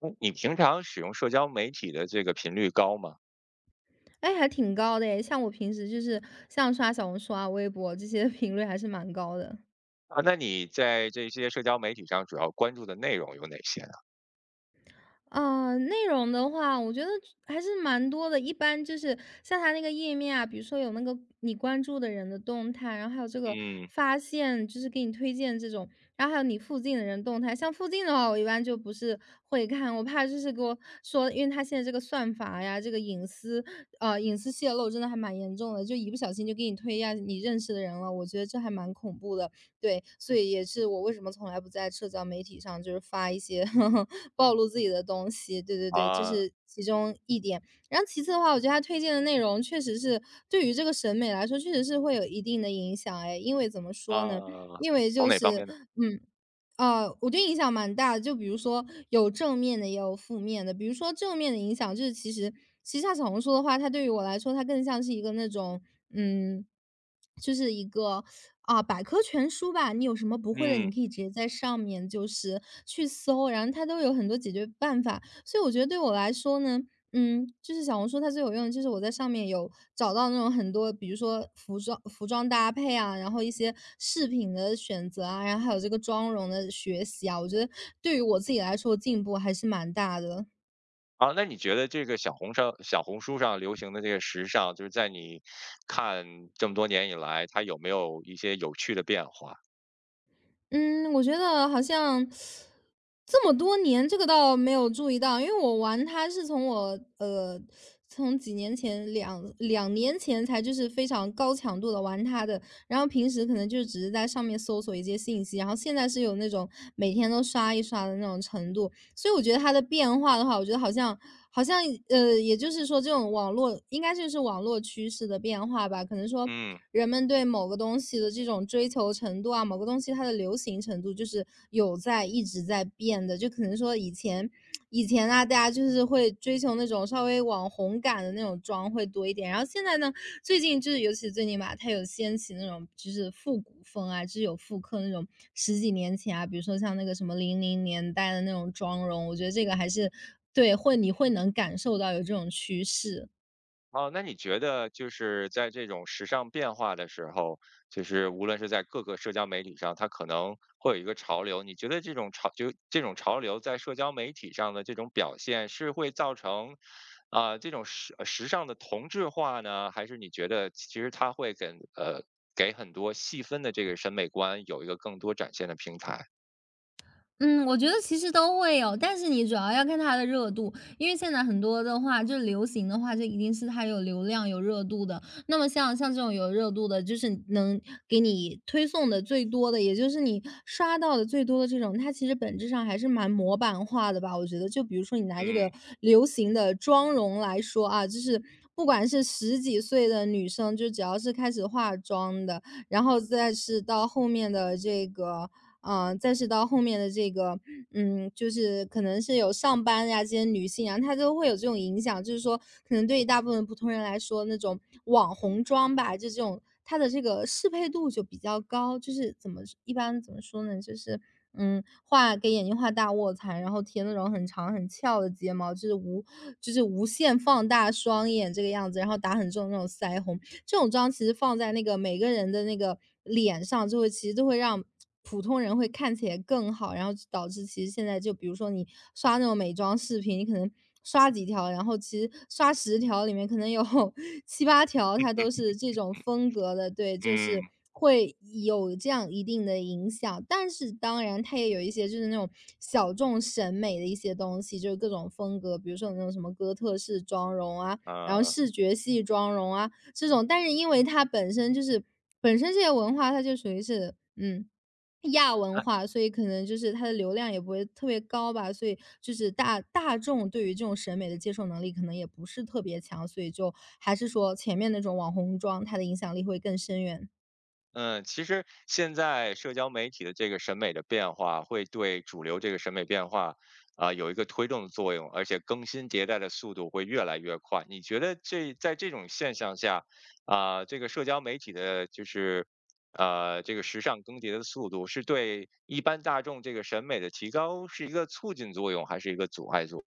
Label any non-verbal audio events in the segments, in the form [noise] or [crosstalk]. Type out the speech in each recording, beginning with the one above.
嗯，你平常使用社交媒体的这个频率高吗？哎，还挺高的诶，像我平时就是像刷小红书啊、微博这些 [laughs] 频率还是蛮高的。啊，那你在这些社交媒体上主要关注的内容有哪些呢？啊。内容的话，我觉得还是蛮多的。一般就是像它那个页面啊，比如说有那个你关注的人的动态，然后还有这个嗯，发现，就是给你推荐这种，然后还有你附近的人动态。像附近的话，我一般就不是会看，我怕就是给我说，因为它现在这个算法呀，这个隐私，隐私泄露真的还蛮严重的，就一不小心就给你推呀你认识的人了，我觉得这还蛮恐怖的。对，所以也是我为什么从来不在社交媒体上就是发一些 [laughs] 暴露自己的东西。对对对，这啊是其中一点。然后其次的话，我觉得他推荐的内容确实是对于这个审美来说，确实是会有一定的影响。哎，因为怎么说呢？啊，因为从就哪方是面呢？嗯。我觉得影响蛮大的。就比如说有正面的，也有负面的。比如说正面的影响，就是其实像小红书的话，它对于我来说，它更像是一个那种，嗯，就是一个啊、百科全书吧。你有什么不会的，嗯，你可以直接在上面就是去搜，然后它都有很多解决办法。所以我觉得对我来说呢，嗯，就是小红书它最有用的就是我在上面有找到那种很多，比如说服装、服装搭配啊，然后一些饰品的选择啊，然后还有这个妆容的学习啊，我觉得对于我自己来说进步还是蛮大的。啊，那你觉得这个小红书上流行的这个时尚，就是在你看这么多年以来，它有没有一些有趣的变化？嗯，我觉得好像这么多年，这个倒没有注意到，因为我玩它是从我从几年前两年前才就是非常高强度的玩它的，然后平时可能就只是在上面搜索一些信息，然后现在是有那种每天都刷一刷的那种程度。所以我觉得它的变化的话，我觉得好像好像也就是说，这种网络应该就是网络趋势的变化吧。可能说，嗯。人们对某个东西的这种追求程度啊，某个东西它的流行程度，就是有在一直在变的。就可能说以前以前啊，大家就是会追求那种稍微网红感的那种妆会多一点，然后现在呢，最近就是尤其最近吧，它有掀起那种就是复古风啊，就是有复刻那种十几年前啊，比如说像那个什么零零年代的那种妆容，我觉得这个还是对，会你会能感受到有这种趋势。哦，那你觉得就是在这种时尚变化的时候，就是无论是在各个社交媒体上，它可能会有一个潮流。你觉得这种潮流在社交媒体上的这种表现，是会造成这种时尚的同质化呢，还是你觉得其实它会跟给很多细分的这个审美观有一个更多展现的平台？嗯，我觉得其实都会有，但是你主要要看它的热度，因为现在很多的话，就流行的话，就一定是它有流量、有热度的。那么像这种有热度的，就是能给你推送的最多的，也就是你刷到的最多的这种，它其实本质上还是蛮模板化的吧。我觉得，就比如说你拿这个嗯流行的妆容来说啊，就是不管是十几岁的女生，就只要是开始化妆的，然后再是到后面的这个，嗯，再是到后面的这个，嗯，就是可能是有上班呀，这些女性啊，她都会有这种影响，就是说，可能对于大部分普通人来说，那种网红妆吧，就这种它的这个适配度就比较高，就是怎么一般怎么说呢，就是嗯，画给眼睛画大卧蚕，然后贴那种很长很翘的睫毛，就是无限放大双眼这个样子，然后打很重的那种腮红。这种妆其实放在那个每个人的那个脸上，就会其实就会让普通人会看起来更好，然后就导致其实现在就比如说你刷那种美妆视频，你可能刷几条，然后其实刷十条里面可能有 [laughs] 七八条它都是这种风格的，对，就是。嗯会有这样一定的影响，但是当然它也有一些就是那种小众审美的一些东西，就是各种风格，比如说有那种什么哥特式妆容啊，然后啊。视觉系妆容啊这种，但是因为它本身就是这些文化它就属于是嗯。亚文化，所以可能就是它的流量也不会特别高吧，所以就是大众对于这种审美的接受能力可能也不是特别强，所以就还是说前面那种网红妆，它的影响力会更深远嗯，其实现在社交媒体的这个审美的变化，会对主流这个审美变化，有一个推动作用，而且更新迭代的速度会越来越快。你觉得这在这种现象下，这个社交媒体的就是，这个时尚更迭的速度，是对一般大众这个审美的提高是一个促进作用，还是一个阻碍作用？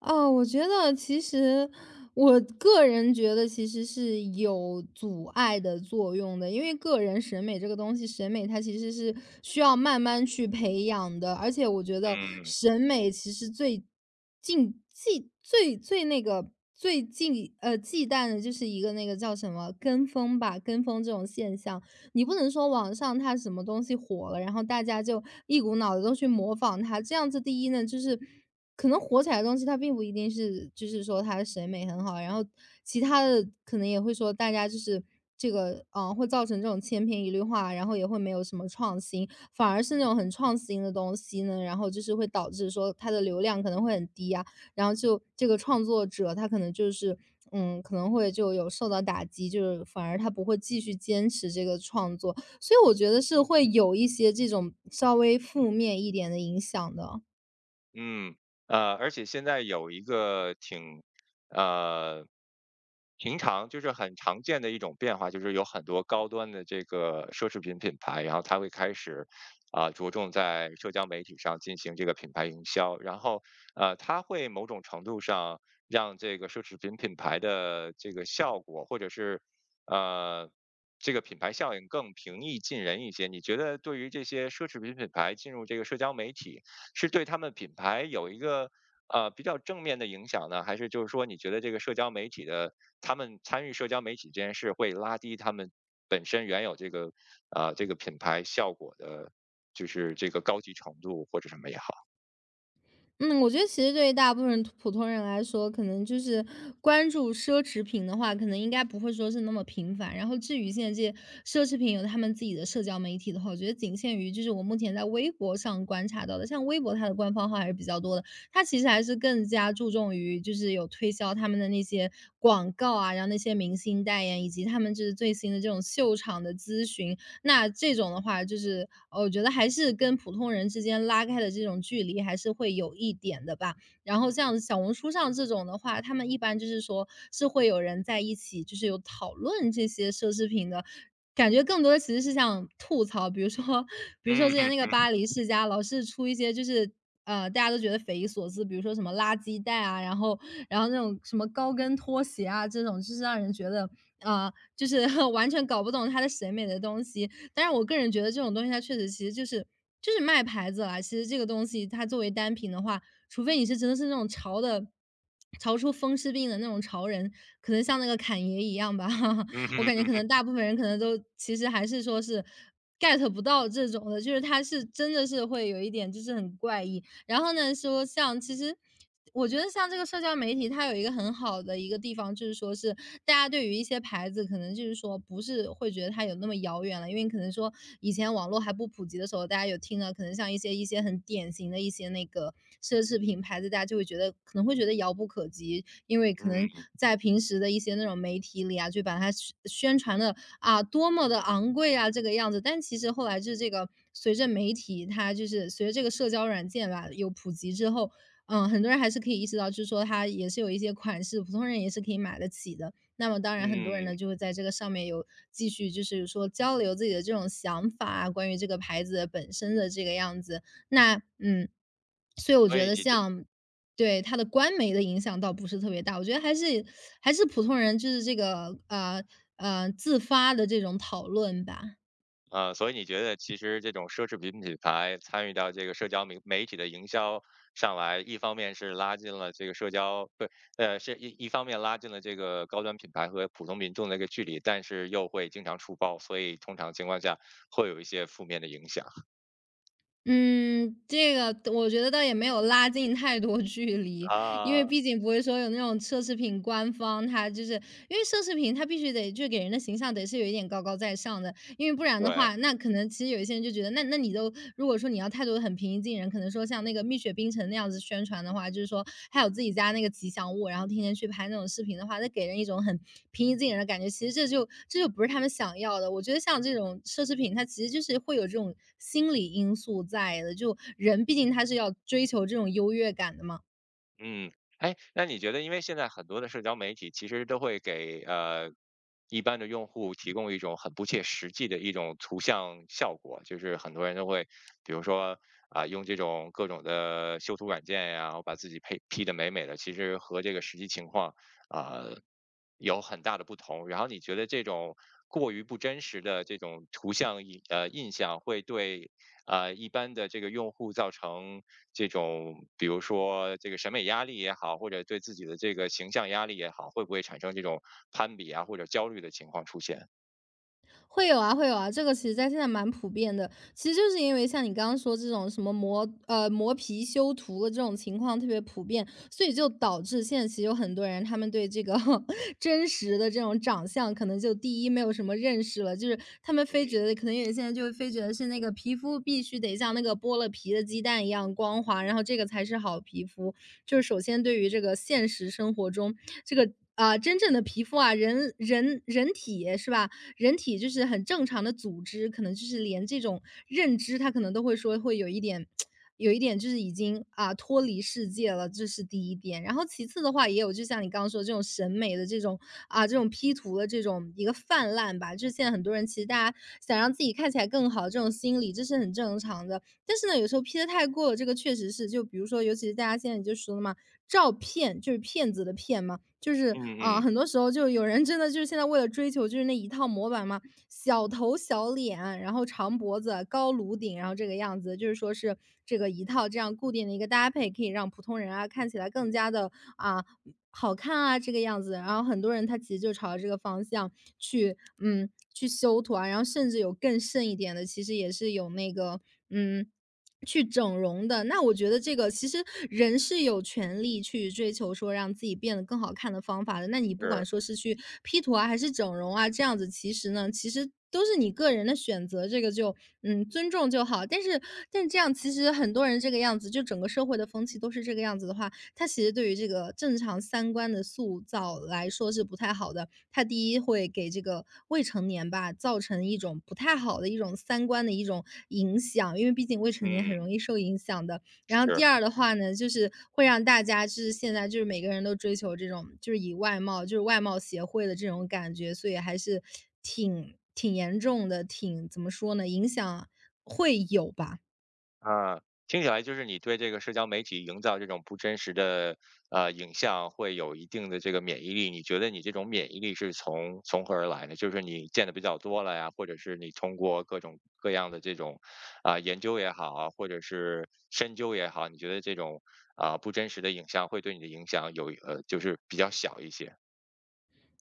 哦，我觉得其实我个人觉得其实是有阻碍的作用的，因为个人审美这个东西，审美它其实是需要慢慢去培养的，而且我觉得嗯，审美其实最禁忌最那个最近忌惮的就是一个那个叫什么跟风吧，跟风这种现象，你不能说网上它什么东西火了，然后大家就一股脑的都去模仿它，这样子第一呢就是。可能火起来的东西，它并不一定是就是说它的审美很好，然后其他的可能也会说大家就是这个，嗯，会造成这种千篇一律化，然后也会没有什么创新。反而是那种很创新的东西呢，然后就是会导致说它的流量可能会很低啊，然后就这个创作者他可能就是，嗯，可能会就有受到打击，就是反而他不会继续坚持这个创作。所以我觉得是会有一些这种稍微负面一点的影响的。嗯，而且现在有一个挺，呃，平常就是很常见的一种变化，就是有很多高端的这个奢侈品品牌，然后它会开始，着重在社交媒体上进行这个品牌营销，然后，它会某种程度上让这个奢侈品品牌的这个效果，或者是，呃，这个品牌效应更平易近人一些。你觉得对于这些奢侈品品牌进入这个社交媒体？是对他们品牌有一个比较正面的影响呢，还是就是说你觉得这个社交媒体的他们参与社交媒体这件事会拉低他们本身原有这个这个品牌效果的，就是这个高级程度或者什么也好？嗯，我觉得其实对于大部分普通人来说，可能就是关注奢侈品的话，可能应该不会说是那么频繁。然后至于现在这些奢侈品有他们自己的社交媒体的话，我觉得仅限于就是我目前在微博上观察到的，像微博它的官方号还是比较多的，它其实还是更加注重于就是有推销他们的那些广告啊，然后那些明星代言，以及他们就是最新的这种秀场的咨询，那这种的话，就是我觉得还是跟普通人之间拉开的这种距离还是会有一点的吧。然后像小红书上这种的话，他们一般就是说是会有人在一起，就是有讨论这些奢侈品的。感觉更多的其实是像吐槽，比如说，比如说嗯之前那个嗯巴黎世家老是出一些就是大家都觉得匪夷所思，比如说什么垃圾袋啊，然后那种什么高跟拖鞋啊，这种就是让人觉得啊、就是 [laughs] 完全搞不懂他的审美的东西。但是我个人觉得这种东西它确实其实就是就是卖牌子啦，其实这个东西它作为单品的话，除非你是真的是那种潮的潮出风湿病的那种潮人，可能像那个侃爷一样吧，嗯 [laughs] 我嗯感觉哼哼可能哼，大部分人可能都其实还是说是 get 不到这种的，就是他是真的是会有一点就是很怪异。然后呢，说像其实我觉得像这个社交媒体，它有一个很好的一个地方，就是说是大家对于一些牌子，可能就是说不是会觉得它有那么遥远了，因为可能说以前网络还不普及的时候，大家有听到可能像一些很典型的一些那个奢侈品牌子，大家就会觉得可能会觉得遥不可及，因为可嗯能在平时的一些那种媒体里啊，就把它宣传的啊，多么的昂贵啊，这个样子。但其实后来就是这个随着媒体它就是随着这个社交软件吧有普及之后，嗯，很多人还是可以意识到，就是说它也是有一些款式，普通人也是可以买得起的。那么当然，很多人呢嗯，就会在这个上面有继续就是说交流自己的这种想法啊，关于这个牌子本身的这个样子。那嗯，所以我所觉以得你像对，它的官媒的影响倒不是特别大，我觉得还是普通人就是这个，自发的这种讨论吧。所以你觉得其实这种奢侈品品牌参与到这个社交媒媒体的营销上来，一方面是拉近了这个社交，不，一方面拉近了这个高端品牌和普通民众的一个距离，但是又会经常出包，所以通常情况下会有一些负面的影响嗯，这个我觉得倒也没有拉近太多距离，因为啊。毕竟不会说有那种奢侈品官方，它就是因为奢侈品它必须得就给人的形象得是有一点高高在上的，因为不然的对，话，那可能其实有一些人就觉得，那你都如果说你要态度很平易近人，可能说像那个蜜雪冰城那样子宣传的话，就是说还有自己家那个吉祥物，然后天天去拍那种视频的话，那给人一种很平易近人的感觉。其实这就不是他们想要的。我觉得像这种奢侈品，它其实就是会有这种心理因素在的，就人毕竟他是要追求这种优越感的嘛。嗯，哎，那你觉得，因为现在很多的社交媒体其实都会给一般的用户提供一种很不切实际的一种图像效果，就是很多人都会，比如说用这种各种的修图软件呀，然后把自己配 P 的美美的，其实和这个实际情况啊、有很大的不同。然后你觉得这种过于不真实的这种图像印呃印象，会对一般的这个用户造成这种，比如说这个审美压力也好，或者对自己的这个形象压力也好，会不会产生这种攀比啊或者焦虑的情况出现？会有啊，会有啊，这个其实在现在蛮普遍的。其实就是因为像你刚刚说这种什么磨皮修图的这种情况特别普遍，所以就导致现在其实有很多人他们对这个 [laughs] 真实的这种长相，可能就第一没有什么认识了，就是他们非觉得可能有些在就会非觉得是那个皮肤必须得像那个剥了皮的鸡蛋一样光滑，然后这个才是好皮肤。就是首先对于这个现实生活中，这个啊，真正的皮肤啊，人体是吧？人体就是很正常的组织，可能就是连这种认知，它可能都会说会有一点，有一点就是已经啊脱离世界了，这是第一点。然后其次的话，也有就像你刚刚说的这种审美的这种啊这种 P 图的这种一个泛滥吧，就是现在很多人其实大家想让自己看起来更好，这种心理这是很正常的。但是呢，有时候 P 的太过了，这个确实是，就比如说，尤其是大家现在就说了嘛，照骗就是骗子的骗嘛，就是嗯嗯啊、嗯，很多时候就有人真的就是现在为了追求就是那一套模板嘛，小头小脸，然后长脖子、高颅顶，然后这个样子，就是说是这个一套这样固定的一个搭配，可以让普通人啊看起来更加的啊好看啊这个样子。然后很多人他其实就朝这个方向去，嗯，去修图啊，然后甚至有更甚一点的，其实也是有那个，嗯。去整容的，那我觉得这个其实人是有权利去追求说让自己变得更好看的方法的。那你不管是，说是去 P 图啊，还是整容啊，这样子其实呢，其实都是你个人的选择，这个就嗯尊重就好。但这样其实很多人这个样子，就整个社会的风气都是这个样子的话，它其实对于这个正常三观的塑造来说是不太好的。它第一会给这个未成年吧，造成一种不太好的一种三观的一种影响，因为毕竟未成年嗯很容易受影响的。然后是。第二的话呢，就是会让大家就是现在就是每个人都追求这种就是以外貌就是外貌协会的这种感觉，所以还是挺严重的，挺怎么说呢，影响会有吧。啊，听起来就是你对这个社交媒体营造这种不真实的影像会有一定的这个免疫力。你觉得你这种免疫力是从何而来呢？就是你见的比较多了呀，或者是你通过各种各样的这种研究也好啊，或者是深究也好，你觉得这种不真实的影像会对你的影响有就是比较小一些？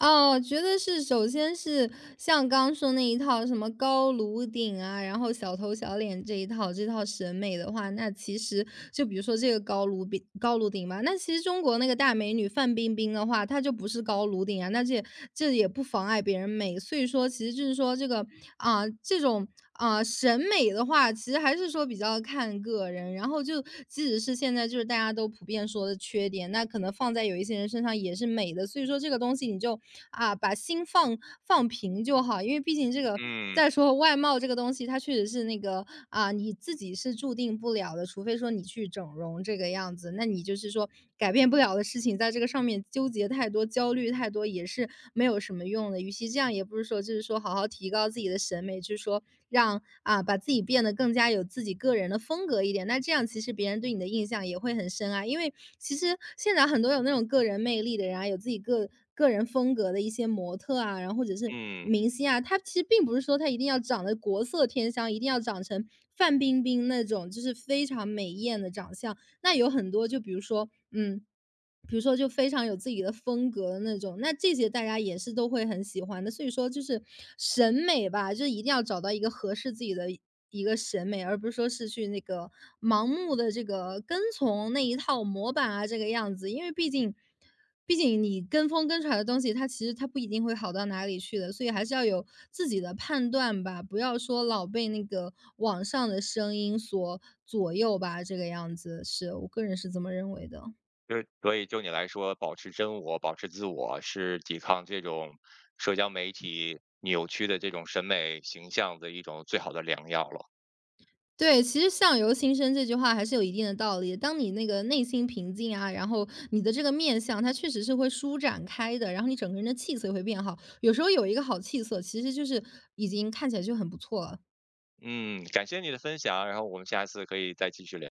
哦，我觉得是首先是像刚刚说那一套什么高颅顶啊，然后小头小脸这一套这套审美的话，那其实就比如说这个高颅顶吧，那其实中国那个大美女范冰冰的话，她就不是高颅顶啊，那这也不妨碍别人美。所以说，其实就是说这个啊、这种啊、审美的话，其实还是说比较看个人。然后就即使是现在就是大家都普遍说的缺点，那可能放在有一些人身上也是美的。所以说这个东西你就啊，把心放平就好，因为毕竟这个嗯再说外貌这个东西，它确实是那个啊，你自己是注定不了的，除非说你去整容这个样子，那你就是说改变不了的事情，在这个上面纠结太多、焦虑太多也是没有什么用的。与其这样，也不是说就是说好好提高自己的审美，就是说让啊把自己变得更加有自己个人的风格一点。那这样其实别人对你的印象也会很深啊，因为其实现在很多有那种个人魅力的人啊，有自己个人风格的一些模特啊，然后或者是嗯。明星啊，他其实并不是说他一定要长得国色天香，一定要长成范冰冰那种就是非常美艳的长相。那有很多就比如说，嗯。比如说就非常有自己的风格的那种，那这些大家也是都会很喜欢的。所以说就是审美吧，就是一定要找到一个合适自己的一个审美，而不是说是去那个盲目的这个跟从那一套模板啊这个样子，因为毕竟。毕竟你跟风跟出来的东西，它其实它不一定会好到哪里去的，所以还是要有自己的判断吧，不要说老被那个网上的声音所左右吧，这个样子是我个人是这么认为的。就是所以就你来说，保持真我、保持自我，是抵抗这种社交媒体扭曲的这种审美形象的一种最好的良药了。对，其实“相由心生”这句话还是有一定的道理。当你那个内心平静啊，然后你的这个面相，它确实是会舒展开的，然后你整个人的气色也会变好。有时候有一个好气色，其实就是已经看起来就很不错了。嗯，感谢你的分享，然后我们下次可以再继续聊。